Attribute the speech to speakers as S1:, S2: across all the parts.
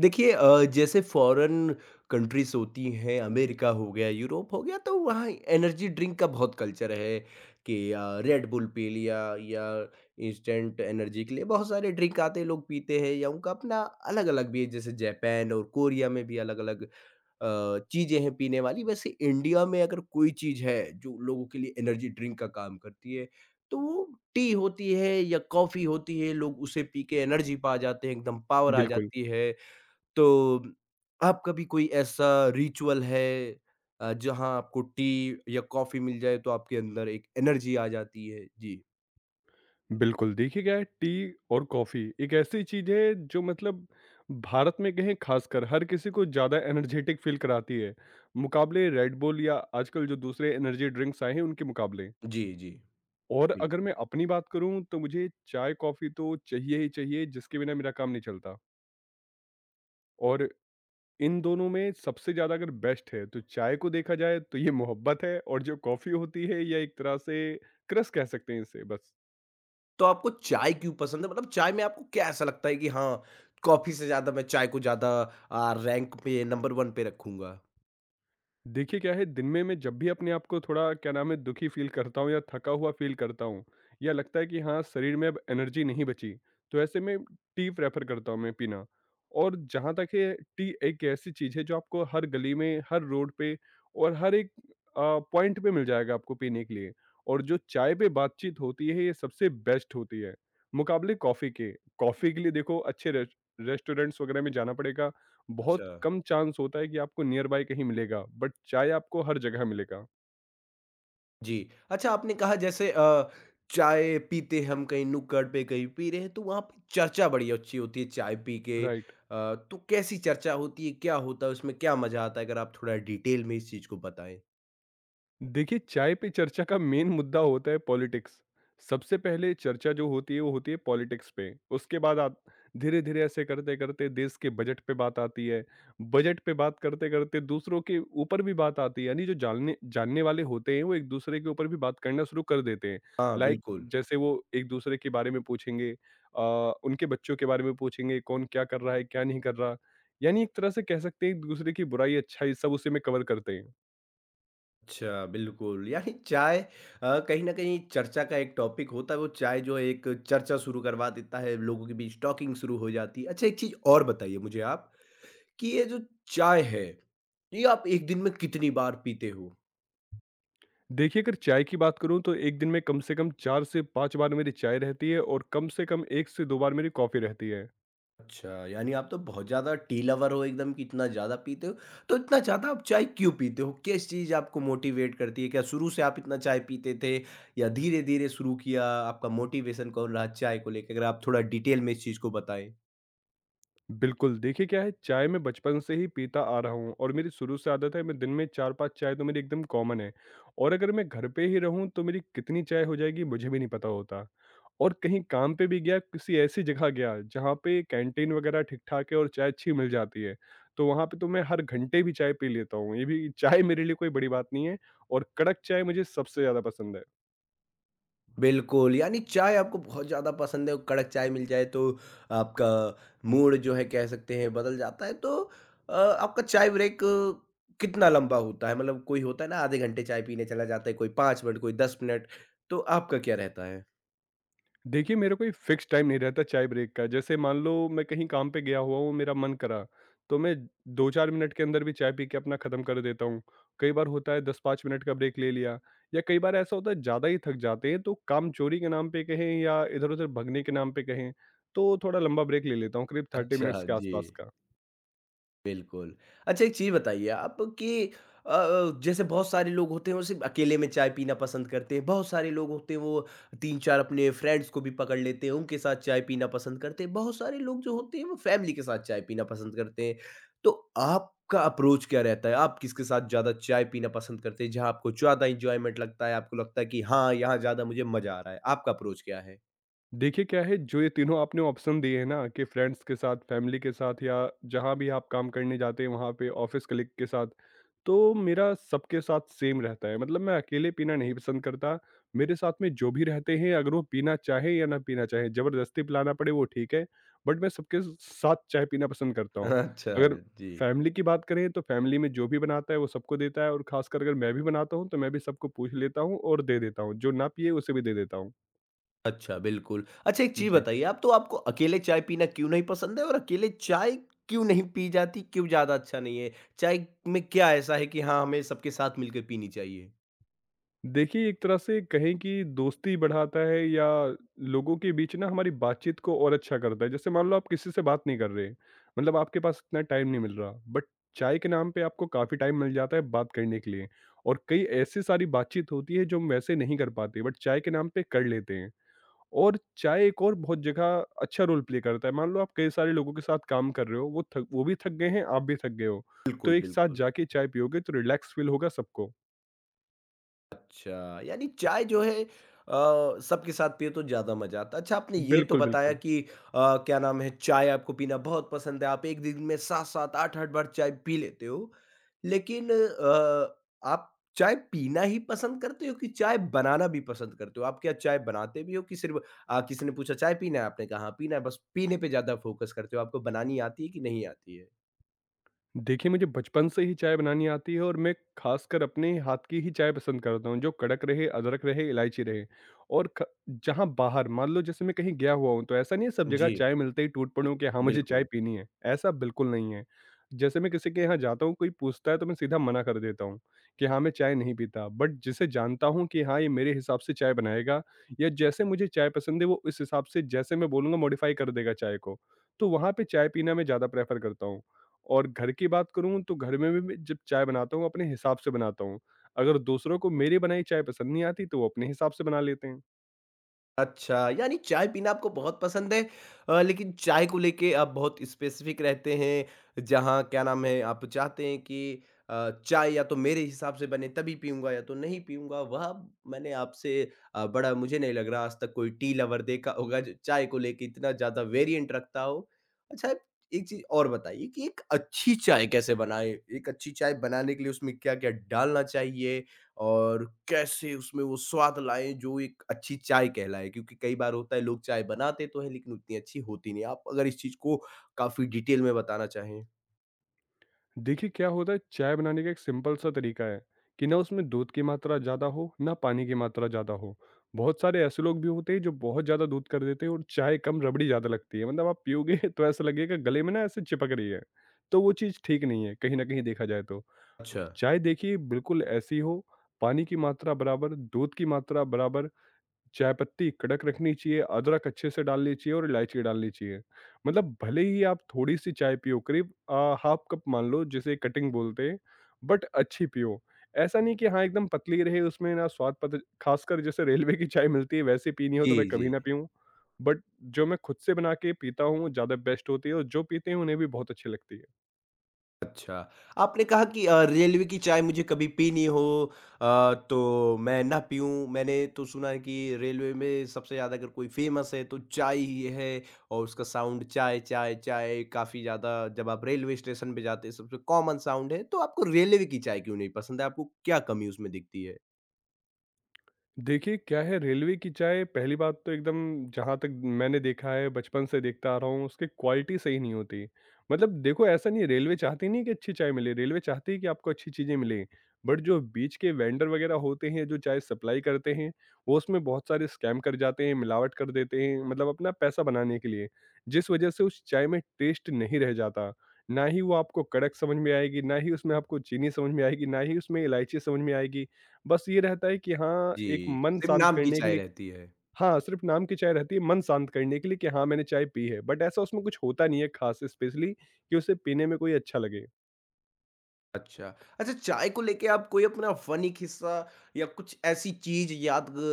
S1: देखिए जैसे foreign countries होती हैं, अमेरिका हो गया, यूरोप हो गया, तो वहाँ एनर्जी ड्रिंक का बहुत कल्चर है कि रेड बुल पी लिया या इंस्टेंट एनर्जी के लिए बहुत सारे ड्रिंक आते हैं, लोग पीते हैं या उनका अपना अलग-अलग भी है, जैसे जापान और कोरिया में भी अलग-अलग चीज़ें हैं पीने वाली। वैसे इंडिया में अगर कोई चीज़ है जो लोगों के लिए एनर्जी ड्रिंक का काम करती है, तो वो टी होती है या कॉफ़ी होती है, लोग उसे पी के एनर्जी पा जाते हैं, एकदम पावर आ
S2: बिल्कुल,
S1: जाती है। तो आपका भी कोई ऐसा रिचुअल है जहाँ आपको टी या कॉफ़ी मिल जाए तो आपके अंदर एक एनर्जी आ जाती है? जी।
S2: बिल्कुल। देखिए क्या है, टी और कॉफ़ी एक ऐसी चीज़ है जो मतलब भारत में कहें ख़ासकर हर किसी को ज़्यादा एनर्जेटिक फ़ील कराती है, मुकाबले रेड बुल या आजकल जो दूसरे एनर्जी ड्रिंक्स आए हैं उनके मुकाबले।
S1: जी, जी।
S2: और अगर
S1: बिल्कुल।
S2: मैं अपनी बात करूँ तो मुझे चाय-कॉफ़ी तो चाहिए ही चाहिए, जिसके बिना मेरा काम नहीं चलता। और इन दोनों में सबसे ज़्यादा अगर बेस्ट है तो चाय को देखा जाए तो ये मोहब्बत है, और जो कॉफ़ी होती है ये एक तरह से क्रश कह सकते हैं इसे बस।
S1: तो आपको चाय क्यों पसंद है? मतलब चाय में आपको क्या ऐसा लगता है कि हाँ, कॉफ़ी से ज़्यादा मैं चाय को ज़्यादा रैंक पे नंबर 1 पे रखूँगा?
S2: देखिए क्या है, दिन में मैं जब भी अपने आप को थोड़ा क्या नाम है, दुखी फ़ील करता हूँ या थका हुआ फ़ील करता हूँ या लगता है कि हाँ, शरीर में अब एनर्जी नहीं बची, तो ऐसे में टी प्रेफ़र करता हूँ मैं पीना। और जहाँ तक है, टी एक ऐसी चीज़ है जो आपको हर गली में, हर रोड पे और हर एक अ, पॉइंट पे मिल जाएगा आपको पीने के लिए। और जो चाय पे बातचीत होती है ये सबसे बेस्ट होती है, मुकाबले कॉफ़ी के। कॉफ़ी के लिए देखो अच्छे रेस्टोरेंट्स वगैरह में जाना पड़ेगा। बहुत
S1: अच्छा।
S2: कम चांस होता है कि आपको नियर बाय कहीं मिलेगा, बट चाय आपको हर जगह मिलेगा।
S1: जी। अच्छा आपने कहा जैसे चाय पीते हम कहीं नुक्कड़ पे कहीं पी रहे हैं तो वहाँ पे चर्चा बड़ी अच्छी होती है चाय पी के।
S2: राइट।
S1: तो कैसी चर्चा होती है? क्या होता है उसमें? क्या मज़ा आता है? अगर आप थोड़ा डिटेल में इस चीज़ को बताएँ।
S2: देखिए, चाय पे चर्चा का मेन मुद्दा होता है पॉलिटिक्स। सबसे पहले चर्चा जो होती है, वो होती है पॉलिटिक्स पे। उसके बाद आप धीरे-धीरे ऐसे करते-करते देश के बजट पे बात आती है। बजट पे बात करते-करते दूसरों के ऊपर भी बात आती है, यानी जो जानने जानने वाले होते हैं, वो एक-दूसरे के ऊपर भी बात करना शुरू कर देते हैं।
S1: हाँ,
S2: लाइक,
S1: बिल्कुल।
S2: जैसे वो एक-दूसरे के बारे में पूछेंगे, अ, उनके बच्चों के बारे में पूछेंगे, कौन क्या कर रहा है, क्या नहीं कर रहा। यानी एक तरह से कह सकते हैं, एक-दूसरे की बुराई, अच्छाई सब उसी में कवर करते हैं।
S1: अच्छा, बिल्कुल। यानी चाय कहीं न कहीं चर्चा का एक टॉपिक होता है वो चाय जो है एक चर्चा शुरू करवा देता है, लोगों के बीच टॉकिंग शुरू हो जाती है। अच्छा एक चीज़ और बताइए मुझे आप कि ये जो चाय है, ये आप 1 दिन में कितनी बार पीते हो?
S2: देखिए, अगर चाय की बात करूँ तो एक दिन में कम से कम 4 से 5 बार मेरी चाय रहती है और कम से कम 1 से 2 बार मेरी कॉफ़ी रहती है।
S1: अच्छा, यानी आप तो बहुत ज़्यादा टी लवर हो एकदम कि इतना ज़्यादा पीते हो। तो इतना ज़्यादा आप चाय क्यों पीते हो? किस चीज़ आपको मोटिवेट करती है? क्या शुरू से आप इतना चाय पीते थे या धीरे-धीरे शुरू किया? आपका मोटिवेशन कौन रहा चाय को लेके? अगर आप थोड़ा डिटेल में इस चीज़ को बताएँ।
S2: बिल्कुल, देखिए क्या है, चाय मैं बचपन से ही पीता आ रहा हूँ और मेरी शुरू से आदत है। मैं दिन में 4-5 चाय तो मेरी एकदम कॉमन है, और अगर मैं घर पे ही रहूँ तो मेरी कितनी चाय हो जाएगी मुझे भी नहीं पता होता। और कहीं काम पे भी गया, किसी ऐसी जगह गया जहाँ पे कैंटीन वगैरह ठीक-ठाक है और चाय अच्छी मिल जाती है, तो वहाँ पे तो मैं हर घंटे भी चाय पी लेता हूँ। ये भी चाय मेरे लिए कोई बड़ी बात नहीं है, और कड़क चाय मुझे सबसे ज़्यादा पसंद है।
S1: बिल्कुल, यानी चाय आपको बहुत ज़्यादा पसंद है और कड़क चाय मिल जाए तो आपका मूड जो है कह सकते हैं बदल जाता है। तो आपका चाय ब्रेक कितना लंबा होता है? मतलब कोई होता है ना आधे घंटे चाय पीने चला जाता है, कोई 5 मिनट, कोई 10 मिनट, तो आपका क्या रहता है?
S2: देखिए, मेरा कोई फ़िक्स टाइम नहीं रहता चाय ब्रेक का। जैसे मान लो मैं कहीं काम पे गया हुआ हूँ, मेरा मन करा, तो मैं 2-4 मिनट के अंदर भी चाय पी के अपना खत्म कर देता हूँ। कई बार होता है 10-5 मिनट का ब्रेक ले लिया, या कई बार ऐसा होता है ज़्यादा ही थक जाते हैं, तो काम चोरी के नाम पे कहें या इधर-उधर भगने के नाम पे कहें, तो थोड़ा लंबा ब्रेक ले लेता हूँ, करीब 30
S1: अच्छा,
S2: मिनट्स के
S1: जी।
S2: आसपास का।
S1: बिल्कुल। अच्छा एक चीज़ बताइए आप कि जैसे बहुत सारे लोग होते हैं वो सिर्फ़ अकेले में चाय पीना पसंद करते हैं, बहुत सारे लोग होते हैं वो 3-4 अपने फ्रेंड्स को भी पकड़ लेते हैं, उनके साथ चाय पीना पसंद करते हैं, बहुत सारे लोग जो होते हैं वो फैमिली के साथ चाय पीना पसंद करते हैं। तो आपका अप्रोच क्या रहता है? आप किसके साथ ज़्यादा चाय पीना पसंद करते हैं? जहाँ आपको ज़्यादा एन्जॉयमेंट लगता है, आपको लगता है कि हाँ, यहाँ ज़्यादा मुझे मज़ा आ रहा है, आपका अप्रोच क्या है?
S2: देखिए क्या है, जो ये तीनों आपने ऑप्शन दिए हैं ना, कि फ्रेंड्स के साथ, फैमिली के साथ, या जहाँ भी आप काम करने जाते हैं वहाँ पे ऑफिस कलीग के साथ, तो मेरा सबके साथ सेम रहता है। मतलब मैं अकेले पीना नहीं पसंद करता। मेरे साथ में जो भी रहते हैं अगर वो पीना चाहे या ना पीना चाहे, जबरदस्ती पिलाना पड़े वो ठीक है, बट मैं सबके साथ चाय पीना पसंद करता हूँ।
S1: अच्छा,
S2: अगर
S1: जी।
S2: फैमिली की बात करें तो फैमिली में जो भी बनाता है वो सबको देता है, और खासकर अगर मैं भी बनाता हूँ तो मैं भी सबको पूछ लेता हूँ और दे देता हूँ, जो ना पिए उसे भी दे देता हूँ।
S1: अच्छा, बिल्कुल। अच्छा एक चीज़
S2: जी।
S1: बताइए आप तो आपको अकेले चाय पीना क्यों नहीं पसंद है और अकेले चाय क्यों नहीं पी जाती, क्यों ज़्यादा अच्छा नहीं है? चाय में क्या ऐसा है कि हाँ, हमें सबके साथ मिलकर पीनी चाहिए?
S2: देखिए, एक तरह से कहें कि दोस्ती बढ़ाता है, या लोगों के बीच ना हमारी बातचीत को और अच्छा करता है। जैसे मान लो आप किसी से बात नहीं कर रहे, मतलब आपके पास इतना टाइम नहीं मिल रहा, बट चाय के नाम पे आपको काफ़ी टाइम मिल जाता है बात करने के लिए, और कई ऐसी सारी बातचीत होती है जो हम वैसे नहीं कर पाते, बट चाय के नाम पे कर लेते हैं। और चाय एक और बहुत जगह अच्छा रोल प्ले करता है। मान लो आप कई सारे लोगों के साथ काम कर रहे हो, वो भी थक गए हैं, आप भी थक गए हो, तो
S1: बिल्कुल,
S2: एक साथ
S1: बिल्कुल।
S2: जाके चाय पियोगे तो रिलैक्स फ़ील होगा सबको।
S1: अच्छा यानी चाय जो है सबके साथ पियो तो ज़्यादा मज़ा आता है। अच्छा आपने ये तो
S2: बिल्कुल,
S1: बताया
S2: बिल्कुल।
S1: कि क्या नाम है चाय आपको पीना बहुत पसंद है आप एक दिन में 7-7 8-8 बार चाय पी लेते हो। लेकिन आप चाय पीना ही पसंद करते हो कि चाय बनाना भी पसंद करते हो? आप क्या चाय बनाते भी हो कि सिर्फ़ किसी ने पूछा चाय पीना है? आपने कहा हाँ पीना है बस पीने पे ज़्यादा फ़ोकस करते हो आपको बनानी आती है कि नहीं आती है?
S2: देखिए, मुझे बचपन से ही चाय बनानी आती है, और मैं खासकर अपने हाथ की ही चाय पसंद करता हूँ, जो कड़क रहे, अदरक रहे, इलायची रहे। और क जहाँ बाहर, मान लो जैसे मैं कहीं गया हुआ हूँ, तो ऐसा नहीं है सब जगह
S1: जी,
S2: चाय मिलते ही टूट पड़ूँ कि हाँ, मुझे चाय
S1: बिल्कुल।
S2: पीनी है, ऐसा बिल्कुल नहीं है। जैसे मैं किसी के यहाँ जाता हूँ, कोई पूछता है तो मैं सीधा मना कर देता हूँ कि हाँ, मैं चाय नहीं पीता। बट जिसे जानता हूँ कि हाँ, ये मेरे हिसाब से चाय बनाएगा, या जैसे मुझे चाय पसंद है, वो इस हिसाब से जैसे मैं बोलूँगा मॉडिफ़ाई कर देगा चाय को, तो वहाँ पे चाय पीना मैं ज़्यादा प्रेफ़र करता हूँ। और घर की बात करूँ तो घर में भी मैं जब चाय बनाता हूँ अपने हिसाब से बनाता हूँ। अगर दूसरों को मेरी बनाई चाय पसंद नहीं आती तो वो अपने हिसाब से बना लेते हैं।
S1: अच्छा, यानी चाय पीना आपको बहुत पसंद है लेकिन चाय को लेके आप बहुत स्पेसिफ़िक रहते हैं, जहाँ क्या नाम है, आप चाहते हैं कि चाय या तो मेरे हिसाब से बने तभी पीऊँगा या तो नहीं पीऊँगा। वह मैंने आपसे बड़ा मुझे नहीं लग रहा आज तक कोई टी लवर देखा होगा जो चाय को लेके इतना ज़्यादा वेरिएंट रखता हो। अच्छा, एक चीज़ और बताइए कि एक अच्छी चाय कैसे बनाएँ? एक अच्छी चाय बनाने के लिए उसमें क्या-क्या डालना चाहिए? और कैसे उसमें वो स्वाद लाएँ जो एक अच्छी चाय कहलाए क्योंकि कई बार होता है लोग चाय बनाते तो हैं लेकिन उतनी अच्छी होती नहीं। आप अगर इस चीज़ को काफ़ी डिटेल में बताना चाहें?
S2: देखिए क्या होता है, चाय बनाने का एक सिंपल सा तरीका है कि ना उसमें दूध की मात्रा ज़्यादा हो, ना पानी की मात्रा ज़्यादा हो। बहुत सारे ऐसे लोग भी होते हैं जो बहुत ज़्यादा दूध कर देते हैं, और चाय कम रबड़ी ज़्यादा लगती है। मतलब आप पियोगे तो ऐसा लगेगा गले में ना ऐसे चिपक रही है। तो वो चीज़ ठीक नहीं है, कहीं न कहीं देखा जाए तो।
S1: अच्छा।
S2: चाय देखिए बिल्कुल ऐसी हो, पानी की मात्रा बराबर, दूध की मात्रा बराबर, चाय पत्ती कड़क रखनी चाहिए, अदरक अच्छे से डालनी चाहिए और इलायची डालनी चाहिए। मतलब भले ही आप थोड़ी-सी चाय पियो, करीब हाफ कप मान लो, जिसे कटिंग बोलते हैं, बट अच्छी पियो। ऐसा नहीं कि हाँ, एकदम पतली रहे, उसमें ना स्वाद पता। खासकर जैसे रेलवे की चाय मिलती है वैसे पीनी हो
S1: जी,
S2: तो मैं कभी
S1: जी।
S2: ना पीऊँ। बट जो मैं खुद से बना के पीता हूँ, वो ज़्यादा बेस्ट होती है, और जो पीते हैं उन्हें भी बहुत अच्छी लगती है।
S1: अच्छा, आपने कहा कि रेलवे की चाय मुझे कभी पीनी हो तो मैं ना पीऊँ। मैंने तो सुना है कि रेलवे में सबसे ज़्यादा अगर कोई फ़ेमस है तो चाय ही है और उसका साउंड चाय, चाय, चाय काफ़ी ज़्यादा जब आप रेलवे स्टेशन पे जाते हैं सबसे कॉमन साउंड है। तो आपको रेलवे की चाय क्यों नहीं पसंद है? आपको क्या कमी उसमें दिखती है?
S2: देखिए, क्या है, रेलवे की चाय पहली बात तो एकदम, जहाँ तक मैंने देखा है, बचपन से देखता आ रहा हूँ, उसकी क्वालिटी सही नहीं होती। मतलब देखो, ऐसा नहीं है रेलवे चाहती नहीं है कि अच्छी चाय मिले, रेलवे चाहती है कि आपको अच्छी चीज़ें मिलें। बट जो बीच के वेंडर वगैरह होते हैं, जो चाय सप्लाई करते हैं, वो उसमें बहुत सारे स्कैम कर जाते हैं, मिलावट कर देते हैं, मतलब अपना पैसा बनाने के लिए। जिस वजह से उस चाय में टेस्ट नहीं रह जाता, ना ही वो आपको कड़क समझ में आएगी, ना ही उसमें आपको चीनी समझ में आएगी, ना ही उसमें इलायची समझ में आएगी। बस ये रहता है कि हाँ, एक
S1: जी,
S2: मन
S1: सिर्फ़
S2: शांत
S1: नाम की
S2: करने के
S1: चाय
S2: लिए।
S1: रहती है।
S2: हाँ, सिर्फ़ नाम की चाय रहती है मन शांत करने के लिए, कि हाँ, मैंने चाय पी है, बट ऐसा उसमें कुछ होता नहीं है ख़ास स्पेशली कि उसे पीने में कोई अच्छा लगे।
S1: अच्छा। अच्छा चाय को लेके आप कोई अपना फ़नी किस्सा या कुछ ऐसी चीज़ याद ग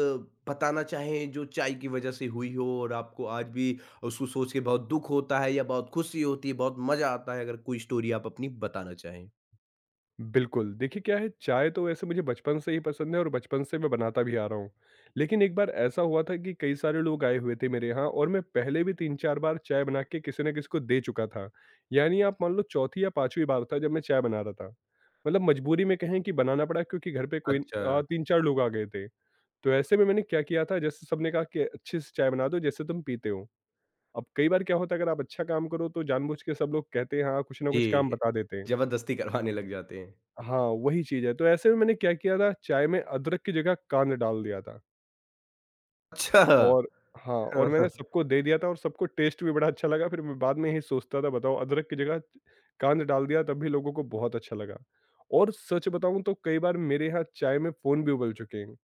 S1: बताना चाहें जो चाय की वज़ह से हुई हो और आपको आज भी उसको सोच के बहुत दुःख होता है या बहुत खुशी होती है, बहुत मज़ा आता है? अगर कोई स्टोरी आप अपनी बताना चाहें।
S2: बिल्कुल, देखिए क्या है, चाय तो वैसे मुझे बचपन से ही पसंद है, और बचपन से मैं बनाता भी आ रहा हूँ। लेकिन एक बार ऐसा हुआ था कि कई सारे लोग आए हुए थे मेरे यहाँ, और मैं पहले भी 3-4 बार चाय बना के किसी न किसी को दे चुका था। यानी आप मान लो चौथी या 5वीं बार था जब मैं चाय बना रहा था। मतलब मजबूरी में कहें कि बनाना पड़ा, क्योंकि घर पे कोई
S1: अच्छा।
S2: 3-4 लोग आ गए थे। तो ऐसे में मैंने क्या किया था, जैसे सबने कहा कि अच्छे से चाय बना दो जैसे तुम पीते हो। अब कई बार क्या होता है, अगर आप अच्छा काम करो तो जानबूझ के सब लोग कहते हैं हाँ, कुछ ना कुछ काम
S1: जी,
S2: बता देते हैं।
S1: ज़बरदस्ती करवाने लग जाते हैं।
S2: हाँ, वही चीज़ है। तो ऐसे में मैंने क्या किया था, चाय में अदरक की जगह कांद डाल दिया था,
S1: अच्छा!
S2: और हाँ, और मैंने सबको दे दिया था, और सबको टेस्ट भी बड़ा अच्छा लगा। फिर मैं बाद में यही सोचता था, बताओ अदरक की जगह कांद डाल दिया तब भी लोगों को बहुत अच्छा लगा। और सच बताऊँ तो कई बार मेरे यहाँ चाय में फ़ोन भी उबल चुके हैं।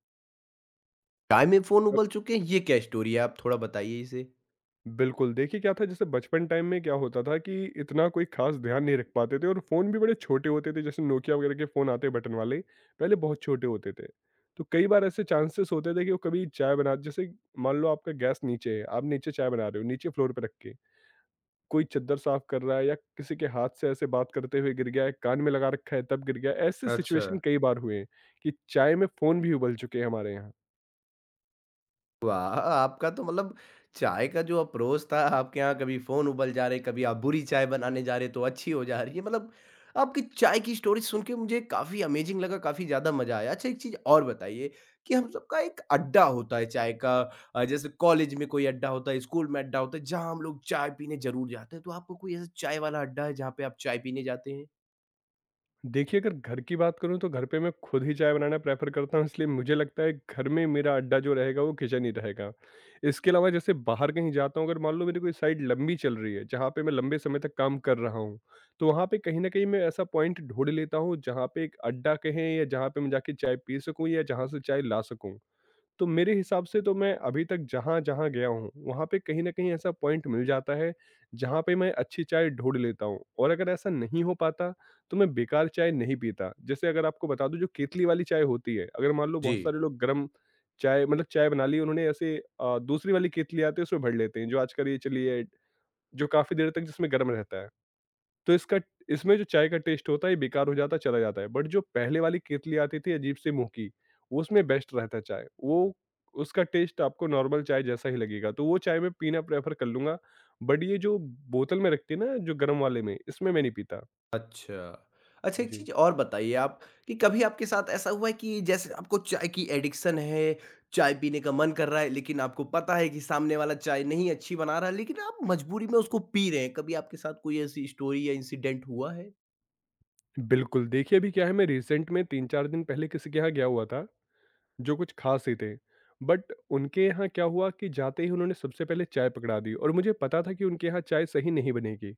S1: चाय में फ़ोन उबल चुके हैं, ये क्या स्टोरी है? आप थोड़ा बताइए इसे।
S2: बिल्कुल, देखिए क्या था, जैसे बचपन टाइम में क्या होता था कि इतना कोई ख़ास ध्यान नहीं रख पाते थे, और फ़ोन भी बड़े छोटे होते थे। जैसे नोकिया वगैरह के फ़ोन आते हैं बटन वाले, पहले बहुत छोटे होते थे। तो कई बार ऐसे चांसेस होते थे कि वो कभी चाय बना जैसे मान लो आपका गैस नीचे है, आप नीचे चाय बना रहे हो, नीचे फ्लोर पे रख के, कोई चद्दर साफ कर रहा है या किसी के हाथ से ऐसे बात करते हुए गिर गया है, कान में लगा रखा है तब गिर गया, ऐसे
S1: अच्छा।
S2: सिचुएशन कई बार हुए हैं कि चाय में फ़ोन भी उबल चुके हैं हमारे यहाँ।
S1: वाह! आपका तो मतलब चाय का जो अप्रोच था, आपके यहाँ कभी फ़ोन उबल जा रहे, कभी आप बुरी चाय बनाने जा रहे तो अच्छी हो जा रही है। मतलब आपकी चाय की स्टोरी सुन के मुझे काफ़ी अमेज़िंग लगा, काफ़ी ज़्यादा मज़ा आया। अच्छा एक चीज़ और बताइए कि हम सबका एक अड्डा होता है चाय का जैसे कॉलेज में कोई अड्डा होता है, स्कूल में अड्डा होता है, जहाँ हम लोग चाय पीने ज़रूर जाते हैं। तो आपका कोई ऐसा चाय वाला अड्डा है जहाँ पे आप चाय पीने जाते हैं?
S2: देखिए, अगर घर की बात करूँ तो घर पे मैं खुद ही चाय बनाना प्रेफ़र करता हूँ, इसलिए मुझे लगता है घर में मेरा अड्डा जो रहेगा वो किचन ही रहेगा। इसके अलावा जैसे बाहर कहीं जाता हूँ, अगर मान लो मेरी कोई साइट लंबी चल रही है, जहाँ पे मैं लंबे समय तक काम कर रहा हूँ, तो वहाँ पे कहीं न कहीं मैं ऐसा पॉइंट ढूँढ लेता हूँ, जहाँ पे एक अड्डा कहें या जहाँ पे मैं जाके चाय पी सकूँ या जहाँ से चाय ला सकूँ। तो मेरे हिसाब से तो मैं अभी तक जहाँ-जहाँ गया हूँ, वहाँ पे कहीं न कहीं ऐसा पॉइंट मिल जाता है, जहाँ पे मैं अच्छी चाय ढूँढ लेता हूँ और अगर ऐसा नहीं हो पाता, तो मैं बेकार चाय नहीं पीता। जैसे अगर आपको बता दूँ जो केतली वाली चाय होती है, अगर मान लो बहुत
S1: जी।
S2: सारे लोग गरम चाय मतलब चाय बना ली उन्होंने ऐसे दूसरी वाली केतली आती है उसमें भर लेते हैं, जो आजकल ये चली है, जो काफ़ी देर तक जिसमें गरम रहता है। तो इसका इसमें जो चाय का टेस्ट होता है ये बेकार हो जाता है, चला जाता है। बट जो पहले वाली केतली आती थी अजीब से मुँह की, उसमें बेस्ट रहता है चाय। वो उसका टेस्ट आपको नॉर्मल चाय जैसा ही लगेगा, तो वो चाय मैं पीना प्रेफ़र कर लूँगा। बट ये जो बोतल में रखती है ना जो गरम वाले में, इसमें मैं नहीं पीता।
S1: अच्छा। अच्छा, एक
S2: जी।
S1: चीज़ और बताइए आप कि कभी आपके साथ ऐसा हुआ है कि जैसे आपको चाय की एडिक्शन है, चाय पीने का मन कर रहा है, लेकिन आपको पता है कि सामने वाला चाय नहीं अच्छी बना रहा है, लेकिन आप मजबूरी में उसको पी रहे हैं। कभी आपके साथ कोई ऐसी स्टोरी या इंसिडेंट हुआ है?
S2: बिल्कुल, देखिए अभी क्या है मैं रिसेंट में 3-4 दिन पहले किसी के यहाँ गया हुआ था, जो कुछ ख़ास ही थे। बट उनके यहाँ क्या हुआ कि जाते ही उन्होंने सबसे पहले चाय पकड़ा दी और मुझे पता था कि उनके यहाँ चाय सही नहीं बनेगी।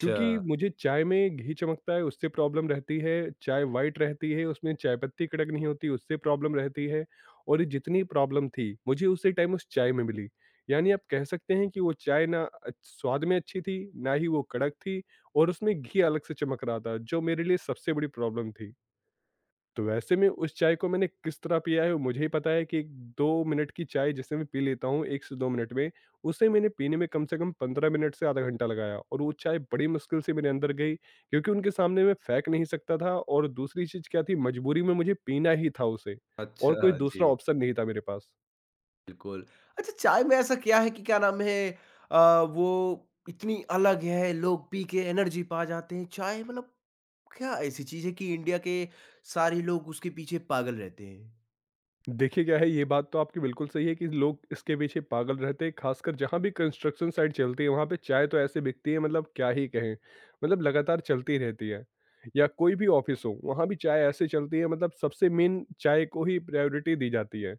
S1: अच्छा,
S2: क्योंकि मुझे चाय में घी चमकता है उससे प्रॉब्लम रहती है, चाय वाइट रहती है उसमें चाय पत्ती कड़क नहीं होती उससे प्रॉब्लम रहती है। और ये जितनी प्रॉब्लम थी मुझे उसी टाइम उस चाय में मिली, यानी आप कह सकते हैं कि वो चाय ना स्वाद में अच्छी थी ना ही वो कड़क थी और उसमें घी अलग से चमक रहा था जो मेरे लिए सबसे बड़ी प्रॉब्लम थी। तो वैसे में उस चाय को मैंने किस तरह पिया है वो मुझे ही पता है कि 2 मिनट की चाय जिसे मैं पी लेता हूँ 1 से 2 मिनट में, उसे मैंने पीने में कम से कम 15 मिनट से आधा घंटा लगाया और वो चाय बड़ी मुश्किल से मेरे अंदर गई क्योंकि उनके सामने मैं फेंक नहीं सकता था और दूसरी चीज़ क्या थी मजबूरी में मुझे पीना ही था उसे और कोई
S1: अच्छा।
S2: दूसरा
S1: जी,
S2: ऑप्शन नहीं था मेरे पास।
S1: बिल्कुल। अच्छा, चाय में ऐसा क्या है कि क्या नाम है अ, वो इतनी अलग है, लोग पी के एनर्जी पा जाते हैं। चाय मतलब क्या ऐसी चीज़ है कि इंडिया के सारे लोग उसके पीछे पागल रहते हैं?
S2: देखिए क्या है, ये बात तो आपकी बिल्कुल सही है कि लोग इसके पीछे पागल रहते हैं, खासकर जहाँ भी कंस्ट्रक्शन साइट चलती है वहाँ पे चाय तो ऐसे बिकती है मतलब क्या ही कहें, मतलब लगातार चलती रहती है। या कोई भी ऑफिस हो, वहाँ भी चाय ऐसे चलती है मतलब सबसे मेन चाय को ही प्रायोरिटी दी जाती है।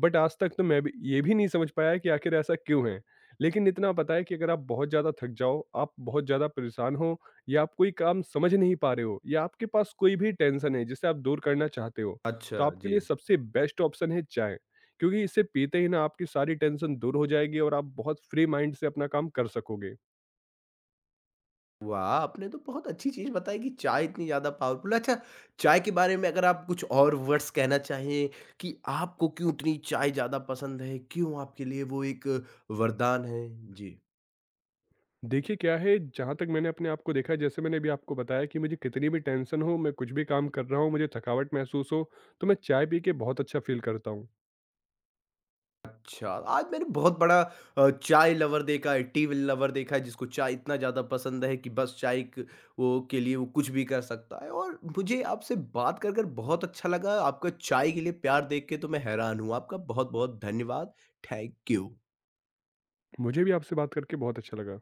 S2: बट आज तक तो मैं भी ये भी नहीं समझ पाया कि आखिर ऐसा क्यों है? लेकिन इतना पता है कि अगर आप बहुत ज़्यादा थक जाओ, आप बहुत ज़्यादा परेशान हो या आप कोई काम समझ नहीं पा रहे हो या आपके पास कोई भी टेंशन है जिसे आप दूर करना चाहते हो,
S1: अच्छा,
S2: तो आपके
S1: जी।
S2: लिए सबसे बेस्ट ऑप्शन है चाय। क्योंकि इसे पीते ही ना आपकी सारी टेंशन दूर हो जाएगी और आप बहुत फ्री माइंड से अपना काम कर सकोगे।
S1: वाह! आपने तो बहुत अच्छी चीज़ बताई कि चाय इतनी ज़्यादा पावरफुल है। अच्छा, चाय के बारे में अगर आप कुछ और वर्ड्स कहना चाहें कि आपको क्यों इतनी चाय ज़्यादा पसंद है? क्यों आपके लिए वो एक वरदान है? जी।
S2: देखिए क्या है जहाँ तक मैंने अपने आप को देखा है, जैसे मैंने भी आपको बताया कि मुझे कितनी भी टेंशन हो मैं कुछ भी काम कर रहा हूँ मुझे थकावट महसूस हो तो मैं चाय पी के बहुत अच्छा फील करता हूँ।
S1: अच्छा, आज मैंने बहुत बड़ा चाय लवर देखा है, टी लवर देखा है जिसको चाय इतना ज़्यादा पसंद है कि बस चाय एक वो के लिए वो कुछ भी कर सकता है और मुझे आपसे बात कर कर बहुत अच्छा लगा। आपका चाय के लिए प्यार देख के तो मैं हैरान हूँ। आपका बहुत-बहुत धन्यवाद। Thank you.
S2: मुझे भी आपसे बात करके बहुत अच्छा लगा।